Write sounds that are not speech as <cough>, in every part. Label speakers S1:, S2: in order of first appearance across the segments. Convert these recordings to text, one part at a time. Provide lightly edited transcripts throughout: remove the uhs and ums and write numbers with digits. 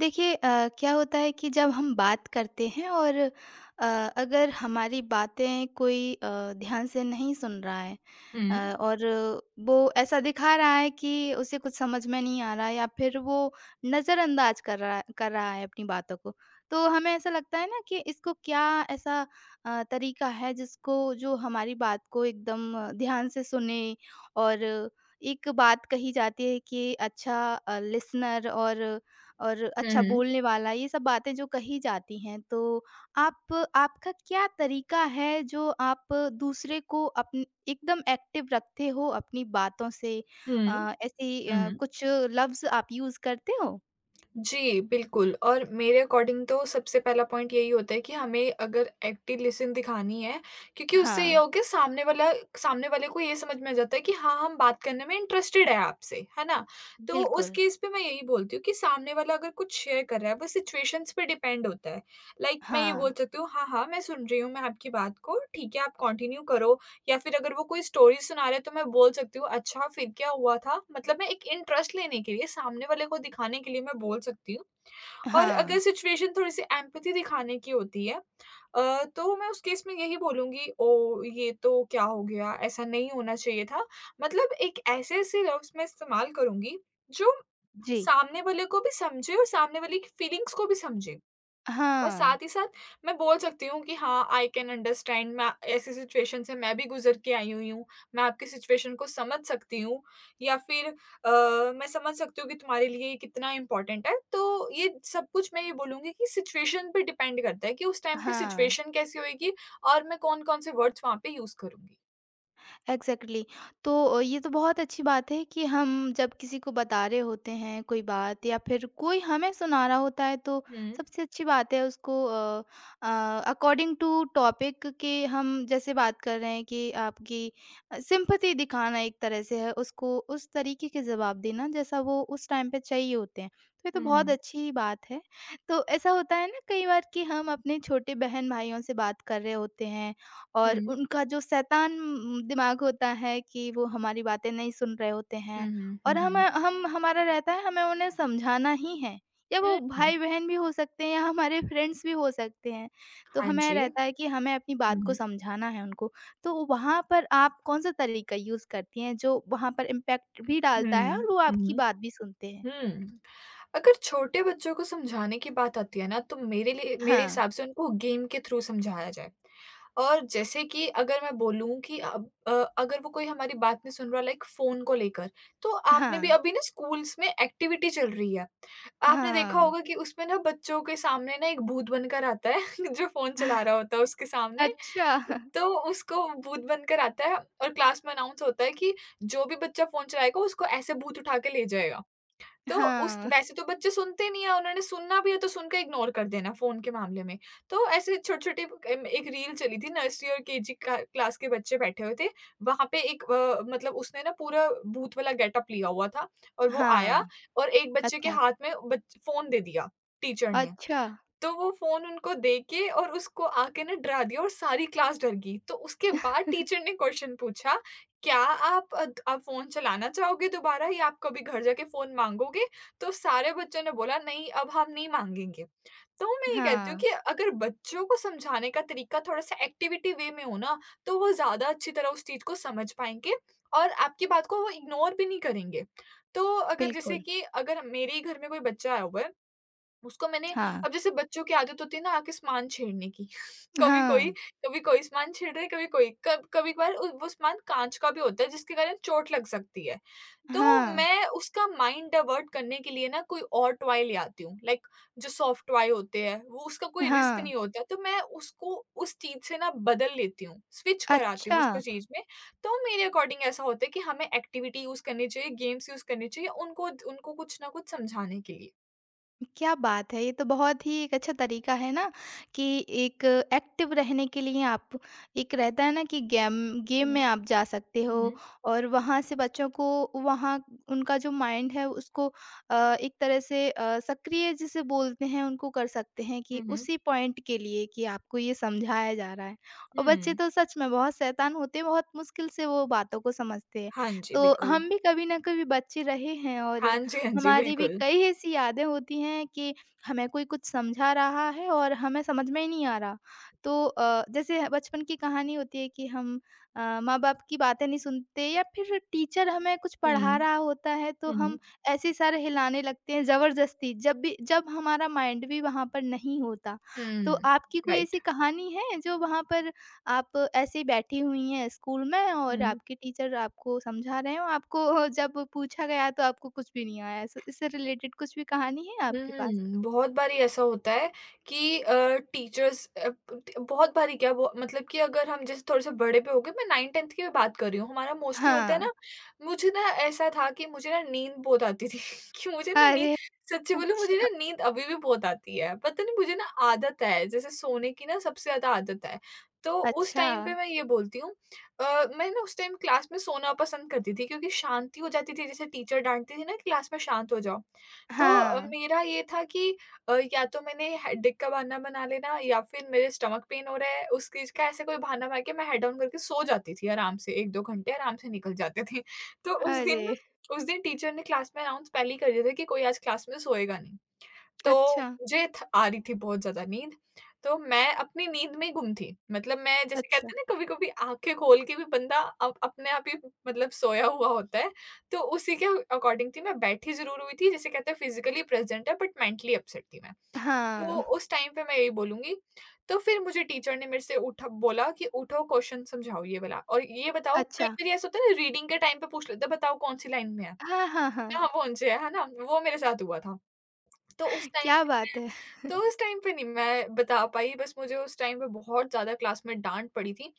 S1: देखिए क्या होता है कि जब हम बात करते हैं और अगर हमारी बातें कोई ध्यान से नहीं सुन रहा है
S2: हुँ।
S1: और वो ऐसा दिखा रहा है कि उसे कुछ समझ में नहीं आ रहा है या फिर वो नज़रअंदाज कर रहा है अपनी बातों को। तो हमें ऐसा लगता है ना कि इसको क्या ऐसा तरीका है जिसको जो हमारी बात को एकदम ध्यान से सुने और एक बात कही जाती है कि अच्छा लिसनर और
S2: हुँ,
S1: अच्छा
S2: हुँ।
S1: बोलने वाला ये सब बातें जो कही जाती हैं। तो आप आपका क्या तरीका है जो आप दूसरे को अपन एकदम एक्टिव रखते हो अपनी बातों से?
S2: हुँ,
S1: ऐसे
S2: हुँ।
S1: कुछ लफ्ज़ आप यूज़ करते हो?
S2: जी, बिल्कुल और मेरे अकॉर्डिंग तो सबसे पहला पॉइंट यही होता है कि हमें अगर एक्टिव लिसनिंग दिखानी है, क्योंकि उससे ये
S1: हाँ,
S2: हो के सामने वाले को ये समझ में आ जाता है कि हाँ, हम बात करने में इंटरेस्टेड है आपसे, है ना? तो उस
S1: बिल्कुल।
S2: केस पे मैं यही बोलती हूँ कि सामने वाला अगर कुछ शेयर कर रहा है, वो सिचुएशंस पे डिपेंड होता है। लाइक, मैं ये
S1: हाँ,
S2: बोल सकती हूँ, "हाँ, हाँ, मैं सुन रही हूँ, मैं आपकी बात को, ठीक है, आप कंटिन्यू करो।" या फिर अगर वो कोई स्टोरी सुना रहा है तो मैं बोल सकती हूँ अच्छा फिर क्या हुआ था? मतलब मैं एक इंटरेस्ट लेने के लिए, सामने वाले को दिखाने के लिए मैं बोल सकती हूँ। और अगर
S1: हाँ।
S2: सिचुएशन थोड़ी-सी एम्पैथी दिखाने की होती है तो मैं उस केस में यही बोलूँगी ओह! ये तो क्या हो गया? ऐसा नहीं होना चाहिए था। मतलब एक ऐसे-ऐसे लफ्ज़ मैं इस्तेमाल करूँगी जो
S1: जी।
S2: सामने वाले को भी समझे और सामने वाले की फीलिंग्स को भी समझे। और
S1: हाँ,
S2: साथ ही साथ मैं बोल सकती हूँ कि हाँ, आई कैन अंडरस्टैंड मैं ऐसी सिचुएशन से मैं भी गुज़र के आई हुई हूँ। मैं आपकी सिचुएशन को समझ सकती हूँ या फिर मैं समझ सकती हूँ कि तुम्हारे लिए ये कितना इम्पोर्टेंट है। तो ये सब कुछ मैं ये बोलूँगी कि सिचुएशन पे डिपेंड करता है कि उस टाइम पे
S1: हाँ।
S2: सिचुएशन कैसी होएगी और मैं कौन-कौन से वर्ड्स वहाँ पे यूज़ करूँगी।
S1: एग्ज़ैक्टली। तो ये तो बहुत अच्छी बात है कि हम जब किसी को बता रहे होते हैं कोई बात या फिर कोई हमें सुना रहा होता है तो
S2: हुँ,
S1: सबसे अच्छी बात है उसको अ अकॉर्डिंग टू टॉपिक के हम जैसे बात कर रहे हैं कि आपकी सिम्पैथी दिखाना एक तरह से है, उसको उस तरीके के जवाब देना जैसा वो उस टाइम पे चाहिए होते हैं। तो ये तो
S2: हुँ,
S1: बहुत
S2: हुँ,
S1: अच्छी बात है। तो ऐसा होता है ना कई बार कि हम अपने छोटे बहन-भाइयों से बात कर रहे होते हैं और
S2: हुँ,
S1: उनका जो शैतान दिमाग होता है कि वो हमारी बातें नहीं सुन रहे होते
S2: हुँ,
S1: हैं
S2: हुँ, हुँ,
S1: और
S2: हुँ,
S1: हम हमारा रहता है हमें उन्हें समझाना ही है, या वो
S2: हुँ,
S1: भाई-बहन भी हो सकते हैं या हमारे फ्रेंड्स भी हो सकते हैं। तो
S2: हाँ
S1: हमें
S2: जी।
S1: रहता है कि हमें अपनी बात को
S2: हुँ,
S1: समझाना है उनको। तो वहाँ पर आप कौन-सा तरीका यूज़ करती हैं जो वहाँ पर इम्पैक्ट भी डालता है और
S2: हुँ,
S1: वो
S2: हुँ,
S1: आपकी
S2: हुँ।
S1: बात भी सुनते हैं?
S2: हुँ। अगर छोटे बच्चों को समझाने की बात आती है ना, तो मेरे लिए मेरे
S1: हाँ,
S2: हिसाब से उनको गेम के थ्रू समझाया जाए। और जैसे कि अगर मैं बोलूँ कि अब अगर वो कोई हमारी बात नहीं सुन रहा लाइक फ़ोन को लेकर, तो आपने भी
S1: हाँ,
S2: अभी ना स्कूल्स में एक्टिविटी चल रही है। आपने देखा
S1: हाँ।
S2: होगा कि उसमें ना बच्चों के सामने ना एक भूत बनकर आता है <laughs> जो फ़ोन चला रहा
S1: <laughs>
S2: होता है उसके सामने।
S1: अच्छा। <laughs>
S2: तो उसको भूत बनकर आता है और क्लास में अनाउंस होता है कि जो भी बच्चा फ़ोन चलाएगा उसको ऐसे भूत उठा के ले जाएगा। तो उस
S1: हाँ,
S2: वैसे तो बच्चे सुनते नहीं है, उन्होंने सुनना भी है तो सुन के इग्नोर कर देना फ़ोन के मामले में। तो ऐसे छोटे-छोटे एम एक रील चली थी नर्सरी और केजी का क्लास के बच्चे बैठे हुए थे। वहाँ पे एक मतलब उसने ना पूरा भूत वाला गेटअप लिया हुआ था और वो
S1: हाँ।
S2: आया और एक बच्चे के
S1: अच्छा,
S2: हाथ में बच फ़ोन दे दिया टीचर ने।
S1: अच्छा।
S2: तो वो फ़ोन उनको दे के और उसको आके ना डरा दिया और सारी क्लास डर गई। तो उसके बाद टीचर ने क्वेश्चन पूछा क्या आप फ़ोन चलाना चाहोगे दोबारा या आप कभी घर जाके फ़ोन माँगोगे? तो सारे बच्चों ने बोला, "नहीं, अब हम नहीं माँगेंगे।" तो मैं ये कहती हूँ
S1: हाँ,
S2: कि अगर बच्चों को समझाने का तरीका थोड़ा-सा एक्टिविटी वे में हो ना, तो वो ज़्यादा अच्छी तरह उस चीज़ को समझ पाएँगे और आपकी बात को वो इग्नोर भी नहीं करेंगे। तो अगर जैसे
S1: बिल्कुल।
S2: कि अगर मेरे ही घर में कोई बच्चा आया हुआ है उसको मैंने
S1: हाँ,
S2: अब जैसे बच्चों की आदत होती है ना आके सामान छेड़ने की <laughs> कभी कोई
S1: हाँ,
S2: कभी कोई सामान छेड़ रहा है कभी कोई कब कभी कभार वो सामान कांच का भी होता है जिसके कारण चोट लग सकती है तो
S1: हाँ,
S2: मैं उसका माइंड डाइवर्ट करने के लिए ना कोई और टॉय ले आती हूँ लाइक जो सॉफ्ट टॉय होते हैं वो उसका कोई रिस्क
S1: हाँ।
S2: नहीं होता तो मैं उसको उस चीज से ना बदल लेती हूँ स्विच कराती हूँ
S1: अच्छा।
S2: उसको चीज में तो मेरे अकॉर्डिंग ऐसा होता है कि हमें एक्टिविटी यूज करनी चाहिए गेम्स यूज करनी चाहिए उनको उनको कुछ ना कुछ समझाने के लिए।
S1: क्या बात है! ये तो बहुत ही एक अच्छा तरीका है ना कि एक एक्टिव रहने के लिए आप एक रहता है ना कि गेम गेम
S2: हम्म।
S1: में आप जा सकते हो।
S2: हम्म।
S1: और वहाँ से बच्चों को वहाँ उनका जो माइंड है उसको एक तरह से सक्रिय जिसे बोलते हैं उनको कर सकते हैं कि
S2: हुँ, हुँ।
S1: उसी पॉइंट के लिए कि आपको ये समझाया जा रहा है। और बच्चे
S2: हुँ।
S1: तो सच में बहुत शैतान होते हैं, बहुत मुश्किल से वो बातों को समझते हैं।
S2: हाँ जी,
S1: तो
S2: बिल्कुल।
S1: हम भी कभी ना कभी बच्चे रहे हैं और
S2: हाँ जी, हाँ जी,
S1: हमारी भी
S2: बिल्कुल।
S1: कई ऐसी यादें होती हैं कि हमें कोई कुछ समझा रहा है और हमें समझ में ही नहीं आ रहा। तो जैसे बचपन की कहानी होती है कि हम माँ-बाप की बातें नहीं सुनते या फिर टीचर हमें कुछ
S2: हुँ।
S1: पढ़ा रहा होता है तो
S2: हुँ,
S1: हम
S2: हुँ।
S1: ऐसे ही सर हिलाने लगते हैं ज़बरदस्ती, जब भी जब हमारा माइंड भी वहाँ पर नहीं होता। तो
S2: हुँ,
S1: आपकी कोई
S2: राइट।
S1: ऐसी कहानी है जो वहाँ पर आप ऐसे ही बैठी हुई हैं स्कूल में और
S2: हुँ।
S1: आपके टीचर आपको समझा रहे हो, आपको <laughs> जब पूछा गया तो आपको कुछ भी नहीं आया। इस इससे रिलेटेड कुछ भी कहानी है आपके पास?
S2: हुँ, बहुत बारी ऐसा होता है कि टीचर्स अ, ट बहुत बारी क्या वो मतलब कि अगर हम जैसे थोड़े-से बड़े पे हो गए, मैं 9th-10th की भी बात कर रही हूँ। हमारा मोस्टली होता है
S1: हाँ।
S2: ना, मुझे ना ऐसा था कि मुझे ना नींद बहुत आती थी <laughs> कि मुझे ना नींद
S1: अरे!
S2: सच्ची बोलूँ मुझे
S1: अच्छा,
S2: ना नींद अभी भी बहुत आती है। पता नहीं मुझे ना आदत है, जैसे सोने की ना सबसे ज़्यादा आदत है। तो उस
S1: अच्छा।
S2: टाइम पे मैं ये बोलती हूँ मैं ना उस टाइम क्लास में सोना पसंद करती थी क्योंकि शांति हो जाती थी, जैसे टीचर डाँटती थी ना, "क्लास में शांत हो जाओ।" तो
S1: हाँ।
S2: मेरा ये था कि या तो मैंने हेडेक का बहाना बना लेना या फिर मेरे स्टमक पेन हो रहा है, उस चीज़ का ऐसे कोई बहाना बना के मैं हेड डाउन करके सो जाती थी आराम से 1-2 घंटे आराम से निकल जाते थे। <laughs> तो
S1: अरे!
S2: उस दिन टीचर ने क्लास में अनाउंस पहले ही कर दिया था कि कोई आज क्लास में सोएगा नहीं। तो
S1: अच्छा,
S2: मुझे थ आ रही थी बहुत ज़्यादा नींद, तो मैं अपनी नींद में ही गुम थी। मतलब मैं जैसे
S1: अच्छा।
S2: कहते हैं ना कभी-कभी आँखें खोल के भी बंदा अप अपने आप ही मतलब सोया हुआ होता है, तो उसी के अकॉर्डिंग थी मैं बैठी ज़रूर हुई थी जैसे कहते हैं फिज़िकली प्रेज़ेंट है बट मेंटली अपसेट थी मैं। तो
S1: हाँ,
S2: उस टाइम पे मैं यही बोलूँगी। तो फिर मुझे टीचर ने मेरे से उठा बोला कि उठो क्वेश्चन समझाओ ये वाला और ये बताओ कई
S1: अच्छा।
S2: बार ऐसा होता है ना रीडिंग के टाइम पे पूछ लेते हैं बताओ कौन-सी लाइन में है?
S1: हाँ, हाँ, हाँ।
S2: कहाँ पहुँचे हैं, है ना? वो मेरे साथ हुआ था। तो उस टाइम
S1: क्या
S2: पे
S1: बात
S2: मैं
S1: है!
S2: तो उस टाइम पे नहीं मैं बता पाई बस मुझे उस टाइम पे बहुत ज़्यादा क्लास में डाँट पड़ी थी।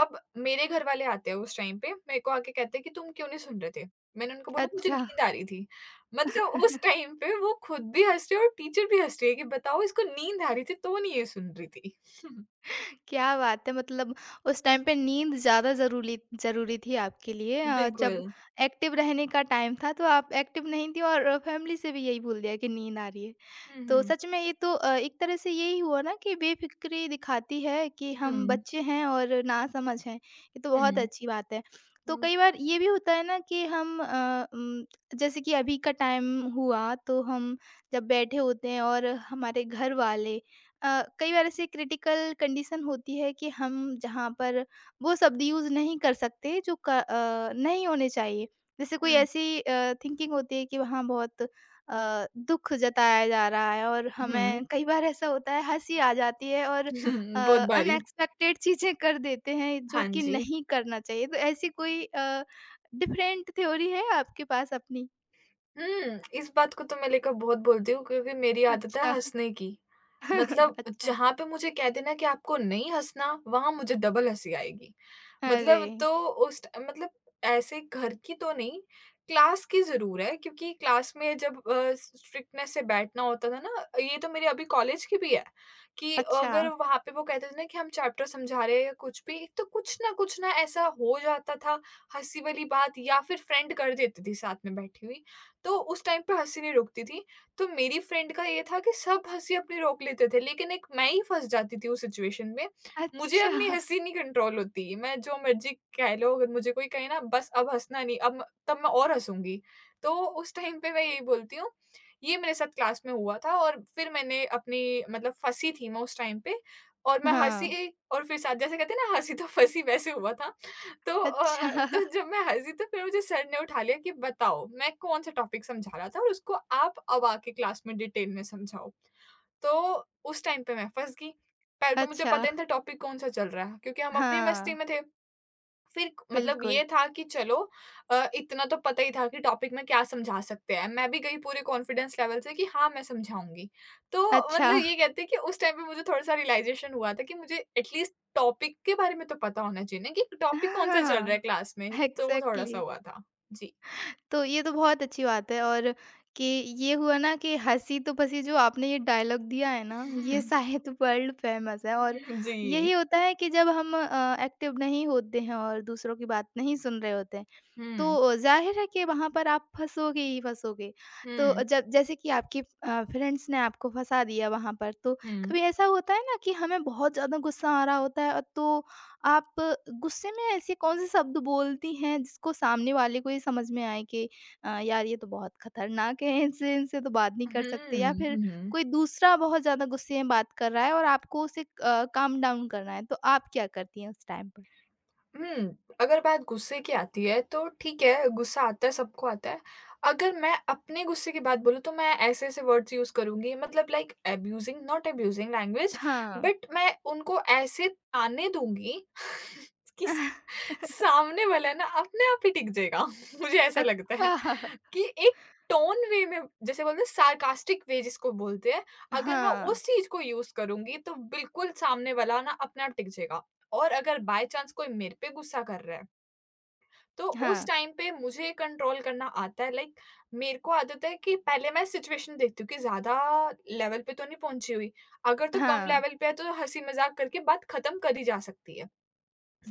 S2: अब मेरे घर वाले आते हैं उस टाइम पे मेरे को आके कहते हैं कि तुम क्यों नहीं सुन रहे थे? मैंने उनको बोला मुझे
S1: अच्छा।
S2: नींद आ रही थी। मतलब <laughs> उस टाइम पे वो खुद भी हँस रहे हैं और टीचर भी हँस रही है कि बताओ इसको नींद आ रही थी तो नहीं ये सुन रही थी। <laughs>
S1: क्या बात है! मतलब उस टाइम पे नींद ज़्यादा ज़रूली ज़रूरी थी आपके लिए। जब
S2: बिल्कुल।
S1: एक्टिव रहने का टाइम था, तो आप एक्टिव नहीं थी और फैमिली से भी यही बोल दिया कि नींद आ रही है।
S2: हुँ,
S1: तो
S2: हुँ।
S1: सच में ये तो एक तरह से यही हुआ ना कि बेफ़िक्री दिखाती है कि
S2: हुँ,
S1: हम
S2: हुँ।
S1: बच्चे हैं और नासमझ हैं, ये तो बहुत अच्छी बात है। तो
S2: हुँ,
S1: कई बार ये भी होता है ना कि हम जैसे कि अभी का टाइम हुआ तो हम जब बैठे होते हैं और हमारे घर वाले कई बार ऐसी क्रिटिकल कंडीशन होती है कि हम जहाँ पर वो शब्द यूज़ नहीं कर सकते जो नहीं होने चाहिए। जैसे कोई
S2: हुँ।
S1: ऐसी थिंकिंग होती है कि वहाँ बहुत अ, दुःख जताया जा रहा है और
S2: हुँ,
S1: हमें कई बार ऐसा होता है हँसी आ जाती है और अ,
S2: हुँ। बहुत बारी।
S1: अनएक्सपेक्टेड चीज़ें कर देते हैं जो
S2: हाँ
S1: कि
S2: जी।
S1: नहीं करना चाहिए। तो ऐसी कोई डिफरेंट थ्योरी है आपके पास अपनी?
S2: हुँ, इस बात को तो मैं लेकर बहुत बोलती हूँ क्योंकि मेरी आदत है
S1: अच्छा।
S2: हँसने की। मतलब
S1: <laughs> अच्छा।
S2: जहाँ पे मुझे कह देना कि आपको नहीं हँसना, वहाँ मुझे डबल हँसी आएगी।
S1: अरे!
S2: मतलब तो उस ट मतलब ऐसे घर की तो नहीं, क्लास की ज़रूर है क्योंकि क्लास में जब स्ट्रिक्टनेस से बैठना होता था ना, ये तो मेरे अभी कॉलेज की भी है कि
S1: अच्छा,
S2: अगर वहाँ पे वो कहते थे ना कि हम चैप्टर समझा रहे हैं या कुछ भी, तो कुछ ना ऐसा हो जाता था, हँसी वाली बात या फिर फ्रेंड कर देती थी साथ में बैठी हुई। तो उस टाइम पे हँसी नहीं रुकती थी। तो मेरी फ्रेंड का ये था कि सब हँसी अपनी रोक लेते थे, लेकिन एक मैं ही फँस जाती थी उस सिचुएशन में मुझे अपनी
S1: अच्छा।
S2: हँसी नहीं कंट्रोल होती, मैं जो मर्ज़ी कह लो अगर मुझे कोई कहे ना बस अब हँसना नहीं, अब तब मैं और हँसूँगी। तो उस टाइम पे मैं यही बोलती हूँ, ये मेरे साथ क्लास में हुआ था और फिर मैंने अपनी मतलब फँसी थी मैं उस टाइम पे और मैं हँसी
S1: हाँ।
S2: और फिर साथ जैसे कहते हैं ना हँसी तो फँसी वैसे हुआ था। तो
S1: अच्छा,
S2: तो
S1: <laughs>
S2: जब मैं हँसी तो फिर मुझे सर ने उठा लिया कि बताओ मैं कौन-सा टॉपिक समझा रहा था और उसको आप अब आके क्लास में डिटेल में समझाओ। तो उस टाइम पे मैं फँस गई। पहले तो मुझे
S1: अच्छा।
S2: पता ही नहीं था टॉपिक कौन-सा चल रहा है क्योंकि हम अपनी मस्ती
S1: हाँ,
S2: में थे। फिर मतलब
S1: बिल्कुल।
S2: ये था कि चलो इतना तो पता ही था कि टॉपिक में क्या समझा सकते हैं। मैं भी गई पूरे कॉन्फिडेंस लेवल से कि हाँ, मैं समझाऊँगी। तो
S1: अच्छा।
S2: मतलब ये कहते हैं कि उस टाइम पे मुझे थोड़ा-सा रियलाइज़ेशन हुआ था कि मुझे एटलीस्ट टॉपिक के बारे में तो पता होना चाहिए ना कि टॉपिक कौन-सा चल
S1: हाँ,
S2: रहा है क्लास में। तो वो थोड़ा-सा
S1: एग्ज़ैक्टली।
S2: हुआ था। जी।
S1: तो ये तो बहुत अच्छी बात है। और कि ये हुआ ना कि हँसी तो बसी, जो आपने ये डायलॉग दिया है ना ये
S2: <laughs>
S1: शायद <laughs> वर्ल्ड फेमस है। और
S2: जी।
S1: यही होता है कि जब हम एक्टिव नहीं होते हैं और दूसरों की बात नहीं सुन रहे होते हैं तो
S2: हुँ।
S1: ज़ाहिर है कि वहाँ पर आप फँसोगे ही फँसोगे। तो
S2: हुँ,
S1: जब जैसे कि आपके फ्रेंड्स ने आपको फँसा दिया वहाँ पर, तो
S2: हुँ।
S1: कभी ऐसा होता है ना कि हमें बहुत ज़्यादा गुस्सा आ रहा होता है और तो आप गुस्से में ऐसे कौन-से शब्द बोलती हैं जिसको सामने वाले को ये समझ में आए कि यार ये तो बहुत खतरनाक है, इनसे इनसे तो बात नहीं कर
S2: हुँ,
S1: सकते, या फिर
S2: हुँ, हुँ।
S1: कोई दूसरा बहुत ज़्यादा गुस्से में बात कर रहा है और आपको उसे काम डाउन करना है, तो आप क्या करती हैं उस टाइम पर?
S2: हुँ, अगर बात गुस्से की आती है तो ठीक है, गुस्सा आता है, सबको आता है। अगर मैं अपने गुस्से की बात बोलूँ तो मैं ऐसे-ऐसे वर्ड्स यूज़ करूँगी मतलब like abusing not abusing language
S1: हाँ।
S2: बट मैं उनको ऐसे ताने दूँगी <laughs> कि
S1: <laughs>
S2: सामने वाला ना अपने आप ही टिक जाएगा <laughs> मुझे ऐसा लगता है
S1: अच्छा।
S2: कि एक टोन वे में जैसे बोलते हैं सार्कास्टिक वे जिसको बोलते हैं अगर मैं
S1: हाँ,
S2: उस चीज को यूज करूंगी तो बिल्कुल सामने वाला ना अपने आप टिक जाएगा और अगर बाय चांस कोई मेरे पे गुस्सा कर रहा है तो उस
S1: हाँ,
S2: टाइम पे मुझे कंट्रोल करना आता है लाइक मेरे को आदत है कि पहले मैं सिचुएशन देखती हूँ कि ज्यादा लेवल पे तो नहीं पहुंची हुई। अगर तो कम
S1: हाँ,
S2: लेवल पे है तो हंसी मजाक करके बात खत्म करी जा सकती है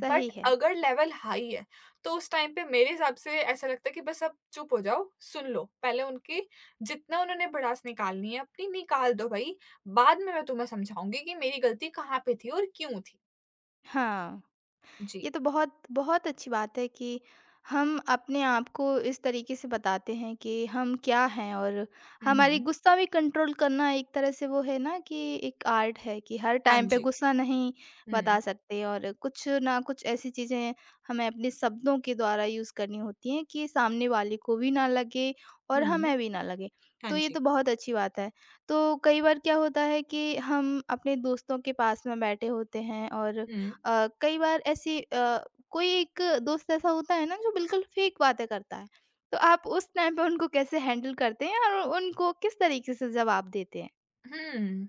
S1: सही है।
S2: अगर लेवल हाई है, तो उस टाइम पे मेरे हिसाब से ऐसा लगता है कि बस अब चुप हो जाओ, सुन लो। पहले उनकी जितना उन्होंने भड़ास निकालनी है अपनी निकाल दो भई, बाद में मैं तुम्हें समझाऊँगी कि मेरी गलती कहाँ पे थी और क्यों थी।
S1: हाँ,
S2: जी।
S1: ये तो बहुत बहुत अच्छी बात है कि हम अपने आप को इस तरीके से बताते हैं कि हम क्या हैं। और
S2: हुँ,
S1: हमारी
S2: हुँ।
S1: गुस्सा भी कंट्रोल करना एक तरह से वो है ना कि एक आर्ट है कि हर
S2: हाँ
S1: टाइम पे
S2: जी।
S1: गुस्सा नहीं
S2: हुँ,
S1: बता सकते और कुछ ना कुछ ऐसी चीज़ें हमें अपने शब्दों के द्वारा यूज़ करनी होती हैं कि सामने वाले को भी ना लगे और
S2: हुँ।
S1: हमें भी ना लगे।
S2: हाँ
S1: तो ये
S2: जी।
S1: तो बहुत अच्छी बात है। तो कई बार क्या होता है कि हम अपने दोस्तों के पास में बैठे होते हैं और
S2: हुँ।
S1: कई बार ऐसी कोई एक दोस्त ऐसा होता है ना जो बिल्कुल फेक बातें करता है, तो आप उस टाइम पे उनको कैसे हैंडल करते हैं और उनको किस तरीके से जवाब देते हैं?
S2: हुँ।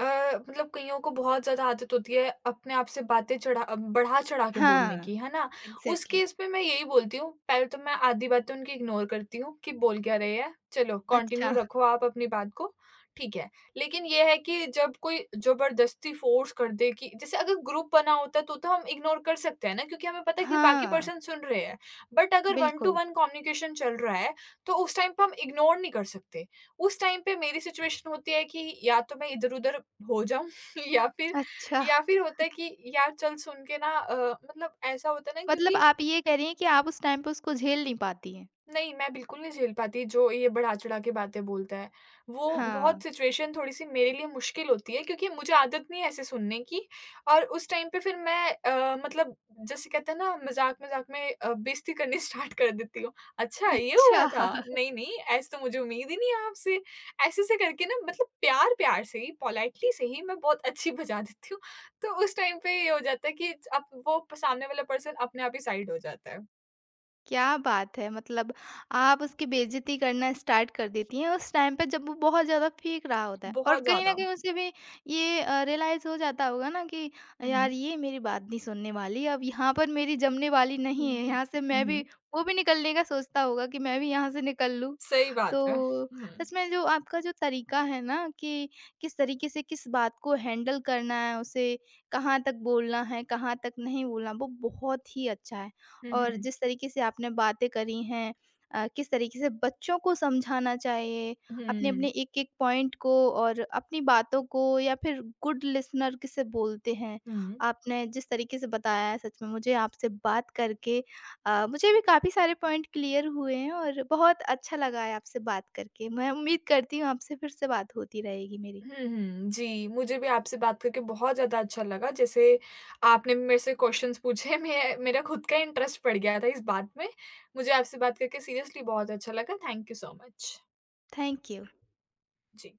S2: अ, मतलब कइयों को बहुत ज़्यादा आदत होती है अपने आप से बातें बढ़ा-चढ़ा के बोलने
S1: हाँ,
S2: की, है ना? उस
S1: एग्ज़ैक्टली।
S2: केस में मैं यही बोलती हूँ, पहले तो मैं आधी बातें उनकी इग्नोर करती हूँ कि बोल क्या रहे हैं, चलो कंटिन्यू
S1: अच्छा।
S2: रखो आप अपनी बात को, ठीक है। लेकिन ये है कि जब कोई ज़बरदस्ती फ़ोर्स कर दे कि जैसे अगर ग्रुप बना होता तो हम इग्नोर कर सकते हैं ना क्योंकि हमें पता है कि बाकी
S1: हाँ,
S2: पर्सन सुन रहे हैं। बट अगर वन टू
S1: बिल्कुल।
S2: वन कम्युनिकेशन चल रहा है, तो उस टाइम पे हम इग्नोर नहीं कर सकते। उस टाइम पे मेरी सिचुएशन होती है कि या तो मैं इधर-उधर हो जाऊँ <laughs> या फिर
S1: अच्छा,
S2: या फिर होता है कि यार चल सुन के ना मतलब ऐसा होता है ना
S1: मतलब
S2: क्योंकि
S1: आप ये कह रही हैं कि आप उस टाइम पे उसको झेल नहीं पाती हैं।
S2: नहीं, मैं बिल्कुल नहीं झेल पाती जो ये बढ़ा-चढ़ा के बातें बोलता है। वो
S1: हाँ,
S2: बहुत सिचुएशन थोड़ी-सी मेरे लिए मुश्किल होती है क्योंकि मुझे आदत नहीं है ऐसे सुनने की और उस टाइम पे फिर मैं मतलब जैसे कहते हैं ना मज़ाक-मज़ाक में बेइज़्ती करनी <laughs> स्टार्ट कर देती हूँ। अच्छा ये
S1: अच्छा।
S2: हुआ था? नहीं, नहीं ऐसे तो मुझे उम्मीद ही नहीं है आपसे। ऐसे-ऐसे करके ना मतलब प्यार-प्यार से ही पोलाइटली से ही मैं बहुत अच्छी बजा देती हूँ। तो उस टाइम पे ये हो जाता है कि अब वो सामने वाला पर्सन अपने आप ही साइड हो जाता है।
S1: क्या बात है! मतलब आप उसकी बेइज़्ज़ती करना स्टार्ट कर देती हैं उस टाइम पे जब वो बहुत ज़्यादा फेंक रहा होता है। और
S2: बहुत
S1: कहीं न
S2: ज़्यादा।
S1: कहीं उसे भी ये रियलाइज़ हो जाता होगा ना कि
S2: हुँ,
S1: यार
S2: हुँ।
S1: ये मेरी बात नहीं सुनने वाली, अब यहाँ पर मेरी जमने वाली नहीं
S2: हुँ,
S1: है,
S2: हुँ।
S1: यहाँ से
S2: हुँ,
S1: मैं भी,
S2: हुँ।
S1: वो भी निकलने का सोचता होगा कि मैं भी यहाँ से निकल लूँ।
S2: सही बात है।
S1: तो
S2: हुँ,
S1: सच में जो आपका जो तरीका है ना कि किस तरीके से किस बात को हैंडल करना है, उसे कहाँ तक बोलना है, कहाँ तक नहीं बोलना, वो बहुत ही अच्छा है।
S2: हुँ,
S1: और
S2: हुँ,
S1: जिस तरीके से आपने बातें करी हैं किस तरीके से बच्चों को समझाना चाहिए अपने अपने
S2: हुँ,
S1: एक एक पॉइंट को और अपनी बातों को, या फिर गुड लिसनर किसे बोलते हैं
S2: हुँ,
S1: आपने जिस तरीके से बताया है, सच में मुझे आपसे बात करके मुझे भी काफ़ी सारे पॉइंट क्लियर हुए हैं और बहुत अच्छा लगा है आपसे बात करके। मैं उम्मीद करती हूँ आपसे फिर से बात होती रहेगी मेरी।
S2: हुँ, हुँ। जी, मुझे भी आपसे बात करके बहुत ज़्यादा अच्छा लगा। जैसे आपने भी मेरे से क्वेश्चन्स पूछे, मैं मेरा खुद का इंटरेस्ट बढ़ गया था इस बात में। मुझे आपसे बात करके सीरियसली बहुत अच्छा लगा। Thank you so much.
S1: Thank you
S2: ji.